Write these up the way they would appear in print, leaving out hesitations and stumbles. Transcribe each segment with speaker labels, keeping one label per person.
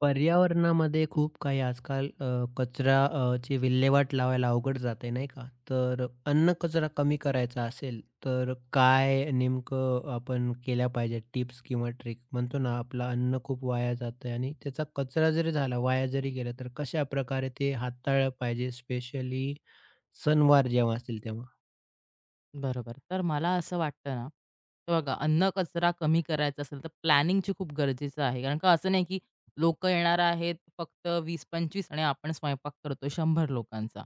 Speaker 1: पर्यावरणामध्ये खूप काही आजकाल कचरा ची विल्हेवाट लावायला अवघड जाते नाही का? तर अन्न कचरा कमी करायचा असेल, तर काय नेमकं आपण केल्या पाहिजे टिप्स किंवा ट्रिक? म्हणतो ना, आपलं अन्न खूप वाया जातंय आणि त्याचा कचरा जरी झाला, वाया जरी गेला, तर कशाप्रकारे ते हाताळलं पाहिजे स्पेशली सणवार जेव्हा असतील तेव्हा?
Speaker 2: बरोबर. तर मला असं वाटतं ना, हे बघा अन्न कचरा कमी करायचा असेल, तर प्लॅनिंगची खूप गरजेचं आहे. कारण का असं नाही, की लोकं येणार आहेत फक्त 20-25 आणि आपण स्वयंपाक करतोय 100 लोकांचा.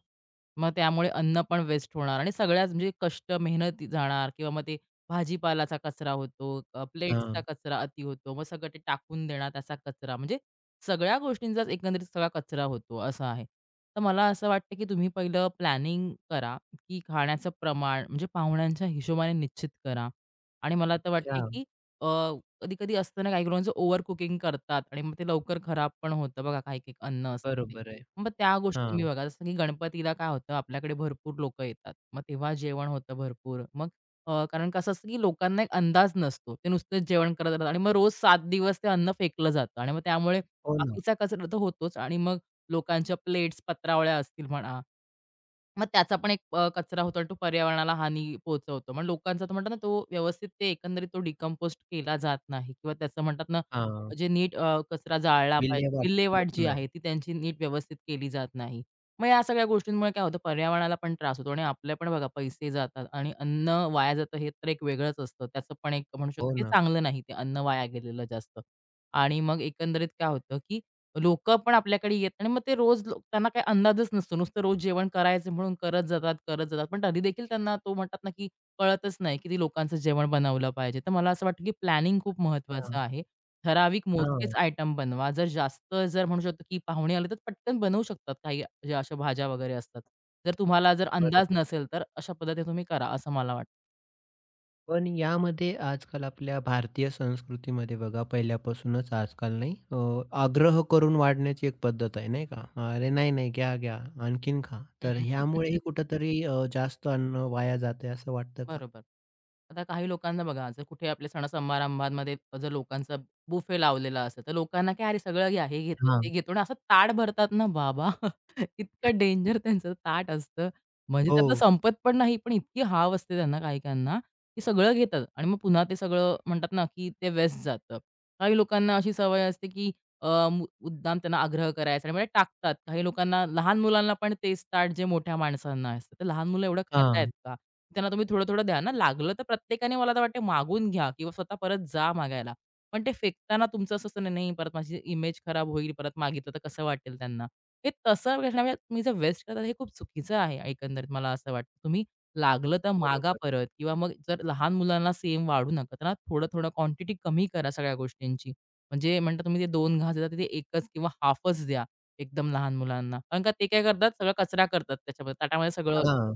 Speaker 2: मग त्यामुळे अन्न पण वेस्ट होणार आणि सगळ्याच म्हणजे कष्ट, मेहनत जाणार किंवा मग ते भाजीपालाचा कचरा होतो, प्लेट्सचा
Speaker 1: हां.
Speaker 2: कचरा अति होतो. मग सगळं ते टाकून देणार त्याचा कचरा. म्हणजे सगळ्या गोष्टींचाच एकंदरीत सगळा कचरा होतो, असं आहे. तर मला असं वाटतं, की तुम्ही पहिलं प्लॅनिंग करा की खाण्याचं प्रमाण म्हणजे पाहुण्यांच्या हिशोबाने निश्चित करा. आणि मला तर
Speaker 1: अच्छा.
Speaker 2: वाटते की अ, कधी-कधी असतं ना, काही लोकांचं ओव्हर कुकिंग करतात आणि मग ते लवकर खराब पण होतं बघा काही-काही अन्न असतं ते.
Speaker 1: बरोबर आहे.
Speaker 2: मग त्या गोष्टी तुम्ही
Speaker 1: हां.
Speaker 2: बघा. जसं की गणपतीला काय होतं आपल्याकडे भरपूर लोकं येतात. मग तेव्हा जेवण होतं भरपूर. मग कारण कसं असतं की लोकांना एक अंदाज नसतो. ते नुसतंच जेवण करत राहतात आणि मग रोज 7 दिवस ते अन्न फेकलं जातं आणि मग त्यामुळे
Speaker 1: हो ना.
Speaker 2: बाकीचा कचरा तर होतोच आणि मग लोकांच्या प्लेट्स पत्रावळ्या असतील म्हणा मग त्याचा पण एक कचरा होतो आणि तो पर्यावरणाला हानी पोहोचवतो. मग लोकांचा तर म्हणतात ना, तो व्यवस्थित ते एकंदरीत तो डिकंपोस्ट केला जात नाही किंवा त्याचं म्हणतात ना,
Speaker 1: हां.
Speaker 2: जे नीट कचरा जाळला पाहिजे.
Speaker 1: विल्हेवाट
Speaker 2: विल्हेवाट
Speaker 1: होत
Speaker 2: जी
Speaker 1: नाही.
Speaker 2: आहे ती त्यांची नीट व्यवस्थित केली जात नाही. मग या सगळ्या गोष्टींमुळे काय होतं पर्यावरणाला पण त्रास होतो आणि आपले पण बघा पैसे जातात आणि अन्न वाया जातं हे तर एक वेगळंच असतं. त्याचं पण एक म्हणू शकतो
Speaker 1: हो
Speaker 2: की
Speaker 1: ना.
Speaker 2: चांगलं नाही ते अन्न वाया गेलेलं जास्त. आणि मग एकंदरीत काय होतं की लोकं पण आपल्याकडे येत आणि मग ते रोज त्यांना काही अंदाजच नसतो. नुसतं रोज जेवण करायचं म्हणून करत जातात, करत जातात. पण तरी देखील त्यांना तो म्हणतात ना, की कळतच नाही किती लोकांचं जेवण बनवलं पाहिजे. तर मला असं वाटतं, की प्लॅनिंग खूप महत्त्वाचं
Speaker 1: हां.
Speaker 2: आहे. ठराविक मोजकेच
Speaker 1: हां.
Speaker 2: आयटम बनवा. जर जास्त म्हणू शकतो, की पाहुणे आले तर पटकन बनवू शकतात काही ज्या अशा भाज्या वगैरे असतात. जर तुम्हाला अंदाज
Speaker 1: बरोबर.
Speaker 2: नसेल, तर अशा पद्धतीने तुम्ही करा असं मला वाटतं.
Speaker 1: पण यामध्ये आजकाल आपल्या भारतीय संस्कृतीमध्ये बघा पहिल्यापासूनच आजकाल नाही आग्रह करून वाढण्याची एक पद्धत आहे नाही का? "अरे नाही, नाही, घ्या, घ्या. आणखीन खा." तर ह्यामुळेही
Speaker 2: हं.
Speaker 1: कुठेतरी जास्त अन्न वाया जातंय असं वाटतं का?
Speaker 2: बरोबर. आता काही लोकांना बघा, जर कुठे आपल्या सण-समारंभामध्ये जर लोकांचा बुफे लावलेला असेल, तर लोकांना काय अरे सगळं घ्या, हे घेतो, ते
Speaker 1: हां.
Speaker 2: घेतो आणि असं ताट भरतात ना बाबा, इतकं डेंजर त्यांचं ताट असतं. म्हणजे त्यातलं
Speaker 1: हो.
Speaker 2: संपत पण नाही, पण इतकी हाव असते त्यांना काही-काहींना, की सगळं घेतात आणि मग पुन्हा ते सगळं म्हणतात ना, की ते वेस्ट जातं. काही लोकांना अशी सवय असते, की अ, मु मुद्दाम त्यांना आग्रह करायचा आणि म्हणजे टाकतात. काही लोकांना लहान मुलांना पण तेच ताट जे मोठ्या माणसांना असतं. तर लहान मुलं एवढं खातायत
Speaker 1: हां.
Speaker 2: का? त्यांना तुम्ही थोडं-थोडं द्या ना. लागलं तर प्रत्येकाने मला तर वाटते मागून घ्या किंवा स्वतः परत जा मागायला. पण ते फेकताना तुमचं असं असतं, "नाही, नाही, परत माझी इमेज खराब होईल, परत मागितलं तर कसं वाटेल त्यांना." हे तसं करण्यापेक्षा तुम्ही जे वेस्ट करता हे खूप चुकीचं आहे एकंदरीत मला असं वाटतं. तुम्ही लागलं तर मागा
Speaker 1: बरोबर.
Speaker 2: परत किंवा मग जर लहान मुलांना सेम वाढू नका. त्यांना थोडं-थोडं क्वांटिटी कमी करा सगळ्या गोष्टींची. म्हणजे म्हणतात तुम्ही ते 2 घास देता तिथे 1च किंवा हाल्फच द्या एकदम लहान मुलांना. कारण का ते काय करतात सगळा कचरा करतात त्याच्यामध्ये ताटामध्ये सगळं असतं
Speaker 1: हां.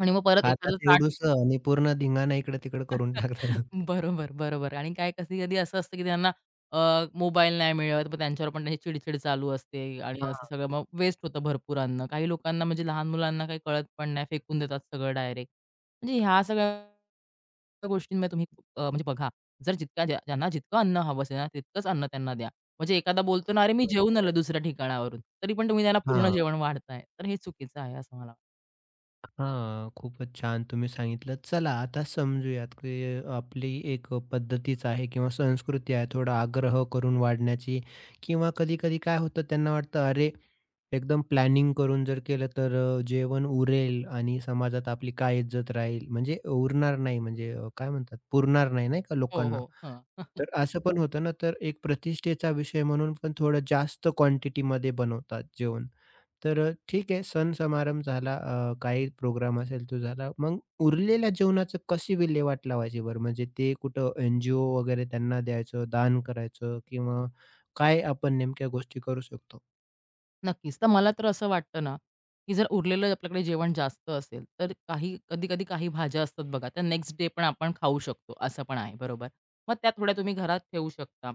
Speaker 2: आणि मग परत एखादं
Speaker 1: खातात
Speaker 2: ताट.
Speaker 1: एवढुसं आणि पूर्ण धिंगाणा इकडे-तिकडे करून टाकतात.
Speaker 2: बरोबर, बरोबर आणि काय कधी-कधी असं असतं, की त्यांना अ, मोबाईल नाही मिळत, मग त्यांच्यावर पण त्यांची चिडचिड चालू असते आणि असं
Speaker 1: हां.
Speaker 2: सगळं मग वेस्ट होतं भरपूर अन्न. काही लोकांना म्हणजे लहान मुलांना काही कळत पण नाही, फेकून देतात सगळं डायरेक्ट. म्हणजे ह्या सगळ्या गोष्टींमध्ये तुम्ही म्हणजे बघा, जर जितक्या ज्या ज्यांना जितकं अन्न हवं असेल ना, तितकंच अन्न त्यांना द्या. म्हणजे एखादा बोलतो ना, "अरे, मी जेवून
Speaker 1: बरोबर
Speaker 2: आलो
Speaker 1: आहे.
Speaker 2: दुसऱ्या ठिकाणावरून." तरी पण तुम्ही त्यांना पूर्ण जेवण वाढताय. तर हे चुकीचं आहे असं मला वाटतं.
Speaker 1: हां, खूपच छान तुम्ही सांगितलं. चला आता समजूयात की आपली एक पद्धतीच आहे किंवा संस्कृती आहे थोडा आग्रह करून वाढण्याची किंवा कधी-कधी काय होतं त्यांना वाटतं, "अरे, एकदम प्लॅनिंग करून जर केलं तर जेवण उरेल आणि समाजात आपली काय इज्जत राहील?" म्हणजे उरणार नाही म्हणजे काय म्हणतात पुरणार नाही, नाही का
Speaker 2: हो,
Speaker 1: लोकांना.
Speaker 2: हो. हं.
Speaker 1: तर असं पण होतं ना, तर एक प्रतिष्ठेचा विषय म्हणून पण थोडं जास्त क्वांटिटीमध्ये बनवतात जेवण. तर ठीक आहे सण समारंभ झाला, काही प्रोग्राम असेल तो झाला. मग उरलेल्या जेवणाचं कशी विल्हेवाट लावायची बरं? म्हणजे ते कुठं एन-जी-ओ वगैरे त्यांना द्यायचं, दान करायचं किंवा काय आपण नेमक्या गोष्टी करू शकतो?
Speaker 2: नक्कीच. तर मला तर असं वाटतं ना, की जर उरलेलं आपल्याकडे जेवण जास्त असेल, तर काही कधी-कधी काही भाज्या असतात बघा, त्या नेक्स्ट डे पण आपण खाऊ शकतो, असं पण आहे, बरोबर. मग त्या थोड्या तुम्ही घरात ठेवू शकता.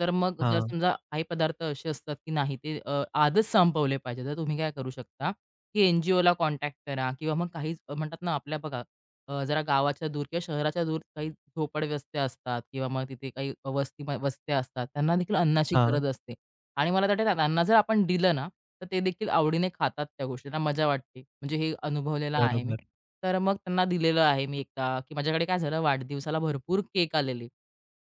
Speaker 2: तर मग जर
Speaker 1: हां,
Speaker 2: समजा काही पदार्थ असे असतात, की नाही ते आजच संपवले पाहिजे, तर तुम्ही काय करू शकता, की एन-जी-ओला कॉन्टॅक्ट करा किंवा मग काही म्हणतात ना, आपल्या बघा जरा गावाच्या दूर किंवा शहराच्या दूर काही झोपडवस्त्या असतात किंवा मग तिथे काही वस्त्या असतात, त्यांना देखील अन्नाची
Speaker 1: हां,
Speaker 2: गरज असते. आणि मला वाटतं ना, त्यांना जर आपण दिलं ना, तर ते देखील आवडीने खातात त्या गोष्टी. त्यांना मजा वाटते. म्हणजे हे अनुभवलेलं आहे मी.
Speaker 1: बरोबर.
Speaker 2: तर मग त्यांना दिलेलं आहे मी एकदा, की माझ्याकडे काय झालं वाढदिवसाला भरपूर केक आलेले.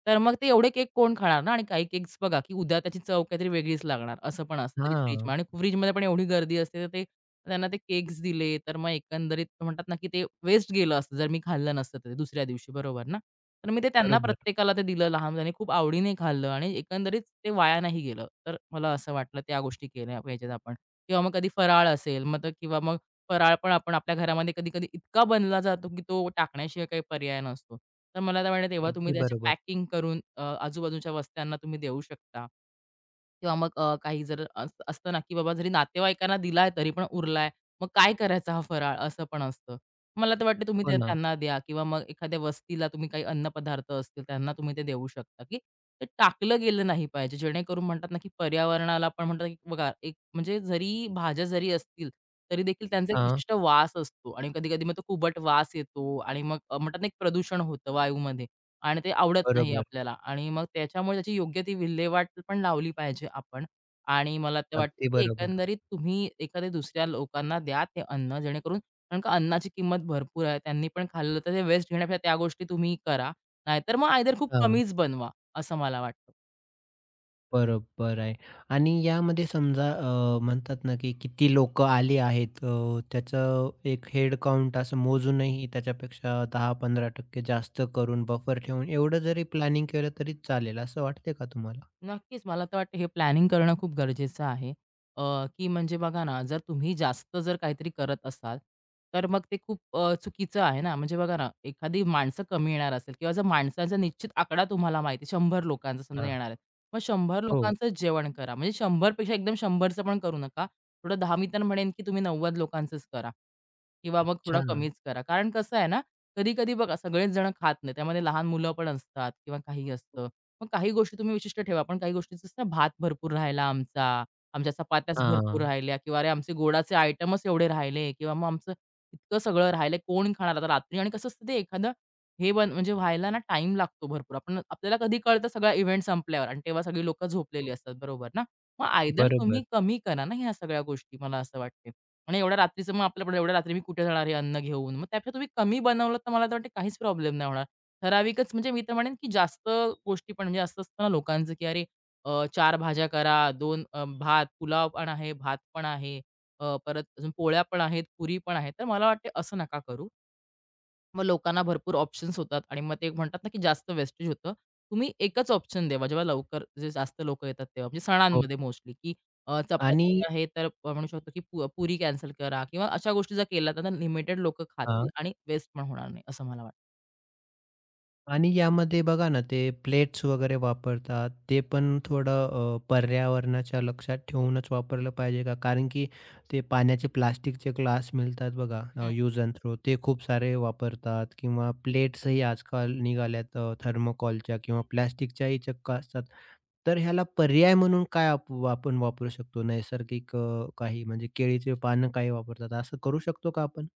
Speaker 2: तर मग ते एवढे केक कोण खाणार ना आणि काही केक्स बघा, की उद्या त्याची चव काहीतरी वेगळीच लागणार असं पण असतं तरी फ्रिजमध्ये
Speaker 1: हां,
Speaker 2: आणि फ्रिजमध्ये पण एवढी गर्दी असते तर ते त्यांना ते केक्स दिले, तर मग एकंदरीत म्हणतात ना, की ते वेस्ट गेलं असतं, जर मी खाल्लं नसतं तर ते दुसऱ्या दिवशी, बरोबर ना? तर मी ते त्यांना
Speaker 1: बरोबर.
Speaker 2: प्रत्येकाला ते दिलं. लहान मुलांनी खूप आवडीने खाल्लं आणि एकंदरीत ते वाया नाही गेलं. तर मला असं वाटलं त्या गोष्टी केल्या पाहिजेत आपण. किंवा मग कधी फराळ असेल, मग तर किंवा मग फराळ पण आपण आपल्या घरामध्ये कधी-कधी इतका बनला जातो, की तो टाकण्याशिवाय काही पर्याय नसतो. तर मला तर वाटतं तेव्हा तुम्ही
Speaker 1: अगदी
Speaker 2: अगदी.
Speaker 1: बरोबर.
Speaker 2: पॅकिंग करून आजूबाजूच्या वस्त्यांना तुम्ही देऊ शकता. किंवा मग काही जर अस असतं ना, की बाबा जरी नातेवाईकांना दिलाय तरी पण उरलाय, मग काय करायचा हा फराळ असं पण असतं. मला तर वाटतं तुम्ही
Speaker 1: हो
Speaker 2: ते
Speaker 1: ना.
Speaker 2: त्यांना द्या किंवा मग एखाद्या वस्तीला तुम्ही काही अन्नपदार्थ असतील त्यांना तुम्ही ते देऊ शकता, की ते टाकलं गेलं नाही पाहिजे. जेणेकरून म्हणतात ना, की पर्यावरणाला पण म्हणतात की बघा एक म्हणजे जरी भाज्या जरी असतील, तरी देखील त्यांचा एक
Speaker 1: हां,
Speaker 2: विशिष्ट वास असतो आणि कधी-कधी मग तो कुबट वास येतो आणि मग म्हणतात ना, एक प्रदूषण होतं वायूमध्ये. आणि ते आवडत नाही
Speaker 1: बरोबर.
Speaker 2: आपल्याला आणि मग त्याच्यामुळे त्याची योग्य ती विल्हेवाट पण लावली पाहिजे आपण. आणि मला ते वाटतं,
Speaker 1: अगदी
Speaker 2: की
Speaker 1: बरोबर.
Speaker 2: एकंदरीत तुम्ही एखाद्या दुसऱ्या लोकांना द्या ते अन्न जेणेकरून कारण का अन्नाची किंमत भरपूर आहे. त्यांनी पण खाल्लं तर ते वेस्ट घेण्यापेक्षा त्या गोष्टी तुम्ही करा. नाहीतर मग आयदर खूप
Speaker 1: हां.
Speaker 2: कमीच बनवा, असं मला वाटतं.
Speaker 1: बरोबर आहे आणि यामध्ये समजा म्हणतात ना, की किती लोक आली आहेत त्याचं एक हेड काउंट असं मोजूनही त्याच्यापेक्षा 10-15% जास्त करून बफर ठेवून एवढं जरी प्लॅनिंग केलं तरी चालेल, असं वाटतंय का तुम्हाला?
Speaker 2: नक्कीच. मला तर वाटतं हे प्लॅनिंग करणं खूप गरजेचं आहे. की म्हणजे बघा ना, जर तुम्ही जास्त काहीतरी करत असाल, तर मग ते खूप चुकीचं आहे ना. म्हणजे बघा ना, एखादी माणसं कमी येणार असेल किंवा जर माणसांचा निश्चित आकडा तुम्हाला माहिती आहे, 100 लोकांचा समजा
Speaker 1: हां.
Speaker 2: येणार आहेत. मग 100
Speaker 1: हो.
Speaker 2: लोकांचं जेवण करा. म्हणजे 100 एकदम 100चं पण करू नका. थोडं दा मी तर म्हणेन, की तुम्ही 90 लोकांचंच करा किंवा मग थोडा
Speaker 1: अच्छा.
Speaker 2: कमीच करा. कारण कसं आहे ना, कधी-कधी बघा सगळेच जण खात नाही. त्यामध्ये लहान मुलं पण असतात किंवा काही असतं. मग काही गोष्टी तुम्ही विशिष्ट ठेवा, पण काही गोष्टी जसं भात भरपूर राहिला आमचा, आमच्या चपात्याच हं. भरपूर
Speaker 1: हां.
Speaker 2: राहिल्या किंवा अरे आमचे गोडाचे आयटमच एवढे राहिले किंवा मग आमचं इतकं सगळं राहिलंय कोण खाणार आता रात्री आणि कसं असतं ते एखादं हे बन म्हणजे व्हायला ना टाईम लागतो भरपूर. आपण आपल्याला कधी कळतं सगळा इव्हेंट संपल्यावर आणि तेव्हा सगळी लोकं झोपलेली असतात, बरोबर ना? मग आयदर
Speaker 1: बरोबर.
Speaker 2: तुम्ही कमी करा ना ह्या सगळ्या गोष्टी मला असं वाटते. आणि एवढ्या रात्रीचं मग आपल्याकडे एवढ्या रात्री मी कुठे जाणार हे अन्न घेऊन? मग त्यापेक्षा तुम्ही कमी बनवलं तर मला तर वाटतं काहीच प्रॉब्लेम नाही होणार. ठराविकच म्हणजे मी तर म्हणेन, की जास्त गोष्टी पण म्हणजे असं असतं ना लोकांचं, की "अरे 4 भाज्या करा, 2 भात, पुलाव पण आहे, भात पण आहे, परत अजून पोळ्या पण आहेत, पुरी पण आहे." तर मला वाटते असं नका करू. मग लोकांना भरपूर ऑप्शन्स होतात आणि मग ते म्हणतात ना, की जास्त वेस्टेज होतं. तुम्ही एकच ऑप्शन द्यावा जेव्हा लवकर जे जास्त लोकं येतात तेव्हा, म्हणजे
Speaker 1: हो
Speaker 2: सणांमध्ये मोस्टली, की
Speaker 1: आणि
Speaker 2: चपाती आहे तर म्हणू शकतो, की पुरी कॅन्सल करा किंवा अशा गोष्टी जर केल्या तर लिमिटेड लोकं खातील
Speaker 1: हां.
Speaker 2: आणि वेस्ट पण होणार नाही असं मला वाटतं.
Speaker 1: आणि यामध्ये बघा ना, ते प्लेट्स वगैरे वापरतात, ते पण थोडं पर्यावरणाच्या लक्षात ठेवूनच वापरलं पाहिजे का? कारण की ते पाण्याचे प्लास्टिकचे ग्लास मिळतात बघा यूज अँड थ्रो ते खूप सारे वापरतात किंवा प्लेट्सही आजकाल निघाल्यात थर्मोकॉलच्या किंवा प्लास्टिकच्याही चक्क असतात. तर ह्याला पर्याय म्हणून काय आपण वापरू शकतो? नैसर्गिक काही म्हणजे केळीचे पानं काही वापरतात, असं करू शकतो का आपण?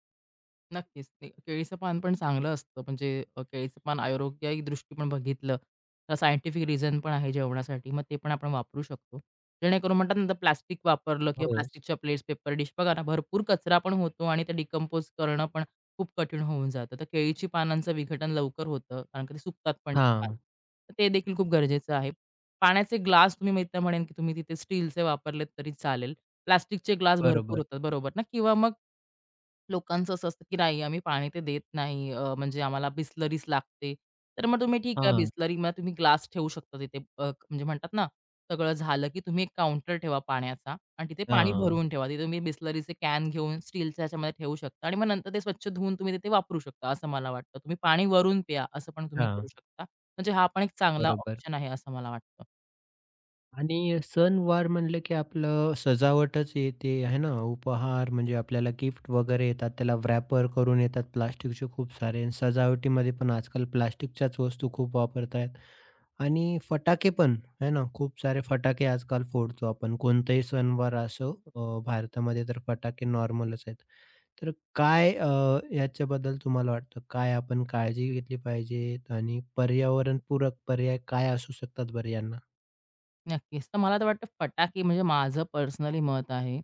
Speaker 2: नक्कीच. ते केळीचं पान पण चांगलं असतं म्हणजे केळीचं पान आरोग्याही दृष्टी पण बघितलं, तर सायंटिफिक रिझन पण आहे जेवणासाठी. मग ते पण आपण वापरू शकतो. जेणेकरून म्हणतात ना, तर प्लास्टिक वापरलं किंवा
Speaker 1: हो.
Speaker 2: प्लास्टिकच्या प्लेट्स, पेपर डिश बघा ना, भरपूर कचरा पण होतो आणि ते डिकंपोज करणं पण खूप कठीण होऊन जातं. तर केळीची पानांचं विघटन लवकर होतं, कारण का ते सुकतात पण ती पानं.
Speaker 1: हां,
Speaker 2: तर ते देखील खूप गरजेचं आहे. पाण्याचे ग्लास तुम्ही मी तर म्हणेन, की तुम्ही तिथे स्टीलचे वापरलेत तरी चालेल. प्लास्टिकचे ग्लास भरपूर
Speaker 1: बरोबर.
Speaker 2: होतात, बरोबर ना? किंवा मग लोकांचं असं असतं, की "नाही, आम्ही पाणी ते देत नाही. म्हणजे आम्हाला बिसलरीच लागते." तर मग तुम्ही ठीक आहे, हं.
Speaker 1: हां,
Speaker 2: बिसलरीमध्ये तुम्ही ग्लास ठेवू शकता तिथे म्हणजे म्हणतात ना, सगळं झालं, की तुम्ही एक काउंटर ठेवा पाण्याचा आणि तिथे पाणी
Speaker 1: हां,
Speaker 2: भरवून ठेवा. तिथे तुम्ही बिसलरीचे कॅन घेऊन स्टीलच्या ह्याच्यामध्ये ठेवू शकता आणि मग नंतर ते स्वच्छ धुवून तुम्ही तिथे वापरू शकता, असं मला वाटतं. तुम्ही पाणी वरून प्या, असं पण तुम्ही करू
Speaker 1: हां.
Speaker 2: शकता. म्हणजे हा पण एक चांगला
Speaker 1: बरोबर
Speaker 2: ऑप्शन आहे, असं मला वाटतं.
Speaker 1: आणि सणवार म्हणलं की आपलं सजावटच येते आहे ना उपहार म्हणजे आपल्याला गिफ्ट वगैरे येतात त्याला व्रॅपर करून येतात प्लास्टिकचे खूप सारे आणि सजावटीमध्ये पण आजकाल प्लास्टिकच्याच वस्तू खूप वापरतायत आणि फटाके पण आहे ना खूप सारे फटाके आजकाल फोडतो आपण कोणताही सणवार असो भारतामध्ये तर फटाके नॉर्मलच आहेत तर काय याच्याबद्दल तुम्हाला वाटतं काय आपण काळजी घेतली पाहिजे आणि पर्यावरणपूरक पर्याय काय असू शकतात बरं यांना
Speaker 2: नक्कीच. तर मला तर वाटतं फटाके म्हणजे माझं पर्सनली मत आहे,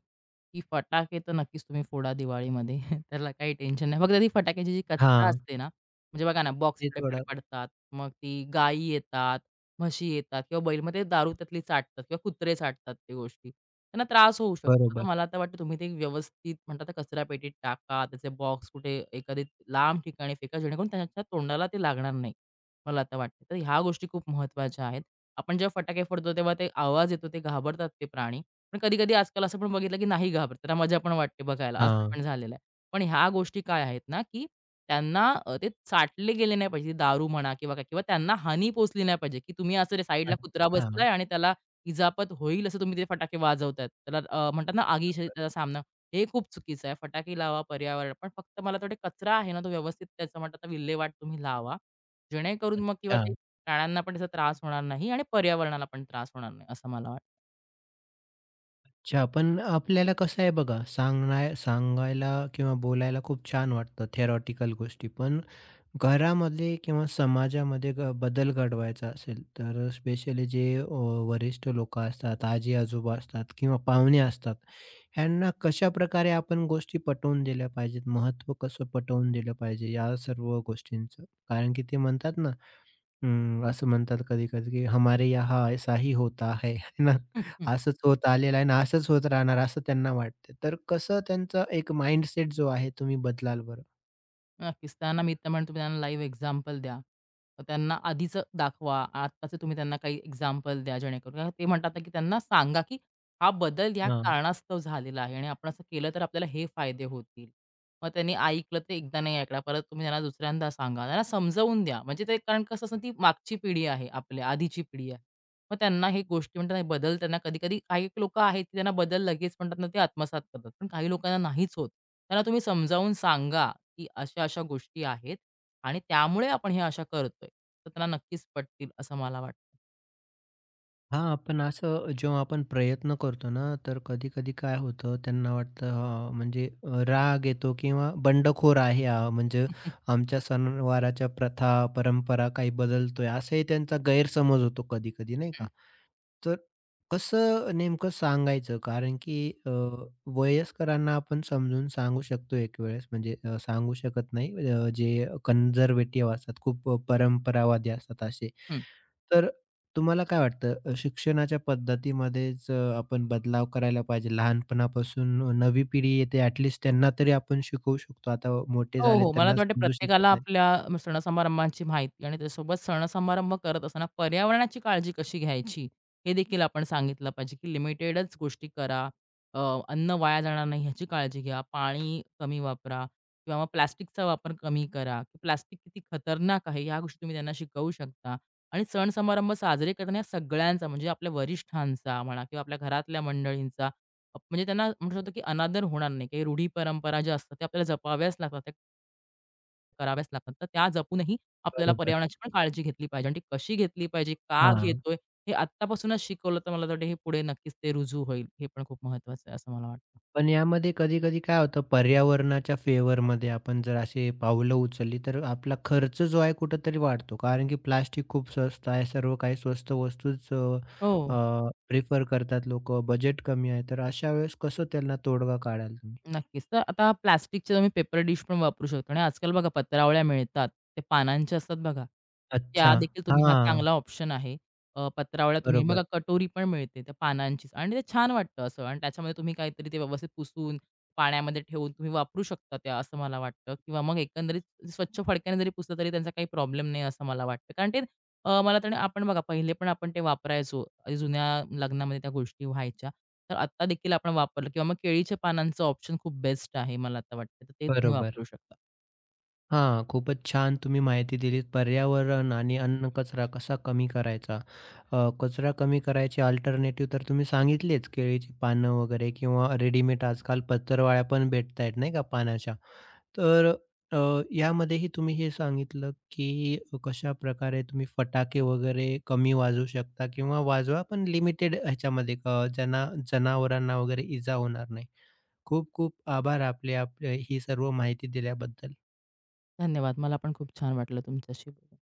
Speaker 2: की फटाके तर नक्कीच तुम्ही फोडा दिवाळीमध्ये. त्याला काही टेन्शन नाही. फक्त ती फटाक्याची जी कचरा
Speaker 1: हां,
Speaker 2: असते ना, म्हणजे बघा ना बॉक्स
Speaker 1: ते
Speaker 2: इकडे-तिकडे
Speaker 1: थोडं
Speaker 2: पडतात. मग ती गायी येतात, म्हशी येतात किंवा बैल, मग ते दारू त्यातली चाटतात किंवा कुत्रे चाटतात ते गोष्टी. त्यांना त्रास होऊ शकतो. तर
Speaker 1: बरोबर.
Speaker 2: मला तर वाटतं तुम्ही ते व्यवस्थित म्हणतात ना कचरापेटीत टाका. त्याचे बॉक्स कुठे एखादी लांब ठिकाणी फेका जेणेकरून त्याच्या तोंडाला ते लागणार नाही. मला तर वाटतं. तर ह्या गोष्टी खूप महत्त्वाच्या आहेत. आपण जेव्हा फटाके फोडतो तेव्हा ते आवाज येतो, ते घाबरतात ते प्राणी. पण कधी-कधी आजकाल असं पण बघितलं, की नाही घाबरत. त्यांना मजा पण वाटते बघायला, असं
Speaker 1: हां.
Speaker 2: पण झालेलं आहे. पण ह्या गोष्टी काय आहेत ना, की त्यांना ते चाटले गेले नाही पाहिजे. दारू म्हणा किंवा काय किंवा त्यांना हानी पोहोचली नाही पाहिजे, की तुम्ही असं साईडला कुत्रा
Speaker 1: अच्छा,
Speaker 2: बसलाय आणि त्याला इजापत होईल असं तुम्ही ते फटाके वाजवताय. त्याला म्हणतात ना आगीशी त्याचा सामना. हे खूप चुकीचं आहे. फटाके लावा, पर्यावरण पण फक्त मला तर कचरा आहे ना, तो व्यवस्थित त्याचा म्हणतात ना विल्हेवाट तुम्ही लावा. जेणेकरून मग किंवा
Speaker 1: अच्छा,
Speaker 2: ते प्राण्यांना पण त्याचा त्रास होणार नाही आणि पर्यावरणाला पण त्रास होणार नाही, असं मला वाटतं.
Speaker 1: अच्छा. पण आपल्याला कसं आहे बघा, सांगायला किंवा बोलायला खूप छान वाटतं थेरॉटिकल गोष्टी. पण घरामध्ये किंवा समाजामध्ये ग बदल घडवायचा असेल, तर स्पेशली जे वरिष्ठ लोकं असतात, आजी-आजोबा असतात किंवा पाहुणे असतात, ह्यांना कशाप्रकारे आपण गोष्टी पटवून दिल्या पाहिजेत? महत्त्व कसं पटवून दिलं पाहिजे या सर्व गोष्टींचं? कारण की ते म्हणतात ना हम्म, असं म्हणतात कधी-कधी, की "हमारे यहाँ ऐसा ही होता है." है ना?
Speaker 2: हं.
Speaker 1: असंच होत आलेलं आहे आणि असंच होत राहणार असं त्यांना वाटतं. तर कसं त्यांचा एक माइंडसेट जो आहे तुम्ही बदलाल बरं?
Speaker 2: नक्कीच. त्यांना मी तर म्हणतो तुम्ही त्यांना लाईव्ह एक्झाम्पल द्या. मग त्यांना आधीचं दाखवा. आत्ताचं तुम्ही त्यांना काही एक्झाम्पल द्या जेणेकरून कारण ते म्हणतात ना, की त्यांना सांगा, की हा बदल या
Speaker 1: हां.
Speaker 2: कारणास्तव झालेला आहे आणि आपण असं केलं तर आपल्याला हे फायदे होतील. मग त्यांनी ऐकलं ते एकदा नाही ऐकलं. परत तुम्ही त्यांना दुसऱ्यांदा सांगा. त्यांना समजवून द्या. म्हणजे ते कारण कसं असतं ती मागची पिढी आहे आपल्या, आधीची पिढी आहे. मग त्यांना हे गोष्टी म्हणतात ना बदल त्यांना कधी-कधी काही लोकं आहेत, की त्यांना बदल लगेच म्हणतात ना ते आत्मसात करतात. पण काही लोकांना नाहीच होत. त्यांना तुम्ही समजावून सांगा की अशा-अशा गोष्टी आहेत आणि त्यामुळे आपण हे अशा करतोय. तर त्यांना नक्कीच पटतील असं मला वाटतं.
Speaker 1: हां, पण असं जेव्हा आपण प्रयत्न करतो ना, तर कधी-कधी काय होतं त्यांना वाटतं हां, म्हणजे राग येतो किंवा बंडखोर आहे हा, म्हणजे
Speaker 2: हं,
Speaker 1: आमच्या सणवाराच्या प्रथा, परंपरा काही बदलतोय असाही त्यांचा गैरसमज होतो कधी-कधी नाही का? तर कसं नेमकं सांगायचं? कारण की अ, वयस्करांना आपण समजून सांगू शकतो एक वेळेस म्हणजे सांगू शकत नाही. जे कन्झर्व्हेटिव्ह असतात, खूप परंपरावादी असतात असे. तर तुम्हाला काय वाटतं शिक्षणाच्या पद्धतीमध्येच आपण बदलाव करायला पाहिजे लहानपणापासून नवी पिढी येते ॲटलीस्ट त्यांना तरी आपण शिकवू शकतो. आता मोठे
Speaker 2: हो,
Speaker 1: झाले
Speaker 2: हो. मला
Speaker 1: त्यांना
Speaker 2: तर वाटतं
Speaker 1: समजू शकत
Speaker 2: प्रत्येकाला
Speaker 1: नाही.
Speaker 2: आपल्या सण-समारंभांची माहिती आणि त्यासोबत सण-समारंभ करत असताना पर्यावरणाची काळजी कशी घ्यायची, हे देखील आपण सांगितलं पाहिजे, की लिमिटेडच गोष्टी करा. अ, अन्न वाया जाणार नाही ह्याची काळजी घ्या. पाणी कमी वापरा किंवा मग प्लास्टिकचा वापर कमी करा. की प्लास्टिक किती खतरनाक आहे ह्या गोष्टी तुम्ही त्यांना शिकवू शकता. आणि सण-समारंभ साजरे करताना सगळ्यांचा म्हणजे आपल्या वरिष्ठांचा म्हणा किंवा आपल्या घरातल्या मंडळींचा म्हणजे त्यांना म्हणू शकतो की अनादर होणार नाही. काही रूढी परंपरा ज्या असतात, त्या आपल्याला जपाव्याच लागतात. त्या कराव्याच लागतात. तर त्या जपूनही आपल्याला
Speaker 1: बरोबर.
Speaker 2: पर्यावरणाची पण काळजी घेतली पाहिजे आणि ती कशी घेतली पाहिजे, का
Speaker 1: हां.
Speaker 2: घेतोय, हे आत्तापासूनच शिकवलं तर मला तर वाटतं हे पुढे नक्कीच ते रुजू होईल. हे पण खूप महत्त्वाचं आहे असं मला वाटतं.
Speaker 1: पण यामध्ये कधी-कधी काय होतं पर्यावरणाच्या फेवरमध्ये आपण जर असे पावलं उचलली, तर आपला खर्च जो आहे कुठेतरी वाढतो. कारण की प्लास्टिक खूप स्वस्त आहे. सर्व काही स्वस्त वस्तूच अ,
Speaker 2: हो.
Speaker 1: अ, प्रिफर करतात लोकं. बजेट कमी आहे. तर अशा वेळेस कसं त्यांना तोडगा काढाल तुम्ही?
Speaker 2: नक्कीच. तर आता प्लास्टिकचे तुम्ही पेपर डिश पण वापरू शकता आणि आजकाल बघा पत्रावळ्या मिळतात. ते पानांच्या असतात बघा.
Speaker 1: अच्छा.
Speaker 2: त्यादेखील तुम्ही हा
Speaker 1: हां.
Speaker 2: चांगला ऑप्शन आहे. पत्रावळ्या तुम्ही
Speaker 1: बरोबर,
Speaker 2: बघा कटोरी पण मिळते त्या पानांचीच आणि ते छान वाटतं असं आणि त्याच्यामध्ये तुम्ही काहीतरी ते व्यवस्थित पुसून पाण्यामध्ये ठेवून तुम्ही वापरू शकता त्या असं मला वाटतं किंवा मग एकंदरीत स्वच्छ फडक्याने जरी पुसलं तरी त्यांचा काही प्रॉब्लेम नाही असं मला वाटतं. कारण ते मला तर आपण बघा पहिले पण आपण ते वापरायचो. जुन्या लग्नामध्ये त्या गोष्टी व्हायच्या. तर आत्ता देखील आपण वापरलं किंवा मग केळीच्या पानांचं ऑप्शन खूप बेस्ट आहे मला आता वाटतं. तर ते तुम्ही
Speaker 1: बरोबर.
Speaker 2: वापरू शकता.
Speaker 1: हां, खूपच छान तुम्ही माहिती दिलीत. पर्यावरण आणि अन्न कचरा कसा कमी करायचा. कचरा कमी करायचे अल्टरनेटिव्ह तर तुम्ही सांगितलेच, केळीची पानं वगैरे किंवा रेडीमेड आजकाल पत्रावळ्या पण भेटतायत नाही का पानाच्या. तर अ, यामध्येही तुम्ही हे सांगितलं, की कशाप्रकारे तुम्ही फटाके वगैरे कमी वाजवू शकता किंवा वाजवा पण लिमिटेड ह्याच्यामध्ये ज्यांना जनावरांना वगैरे इजा होणार नाही. खूप खूप आभार आपले, ही सर्व माहिती दिल्याबद्दल.
Speaker 2: धन्यवाद. मला पण खूप छान वाटलं तुमच्याशी बोलून.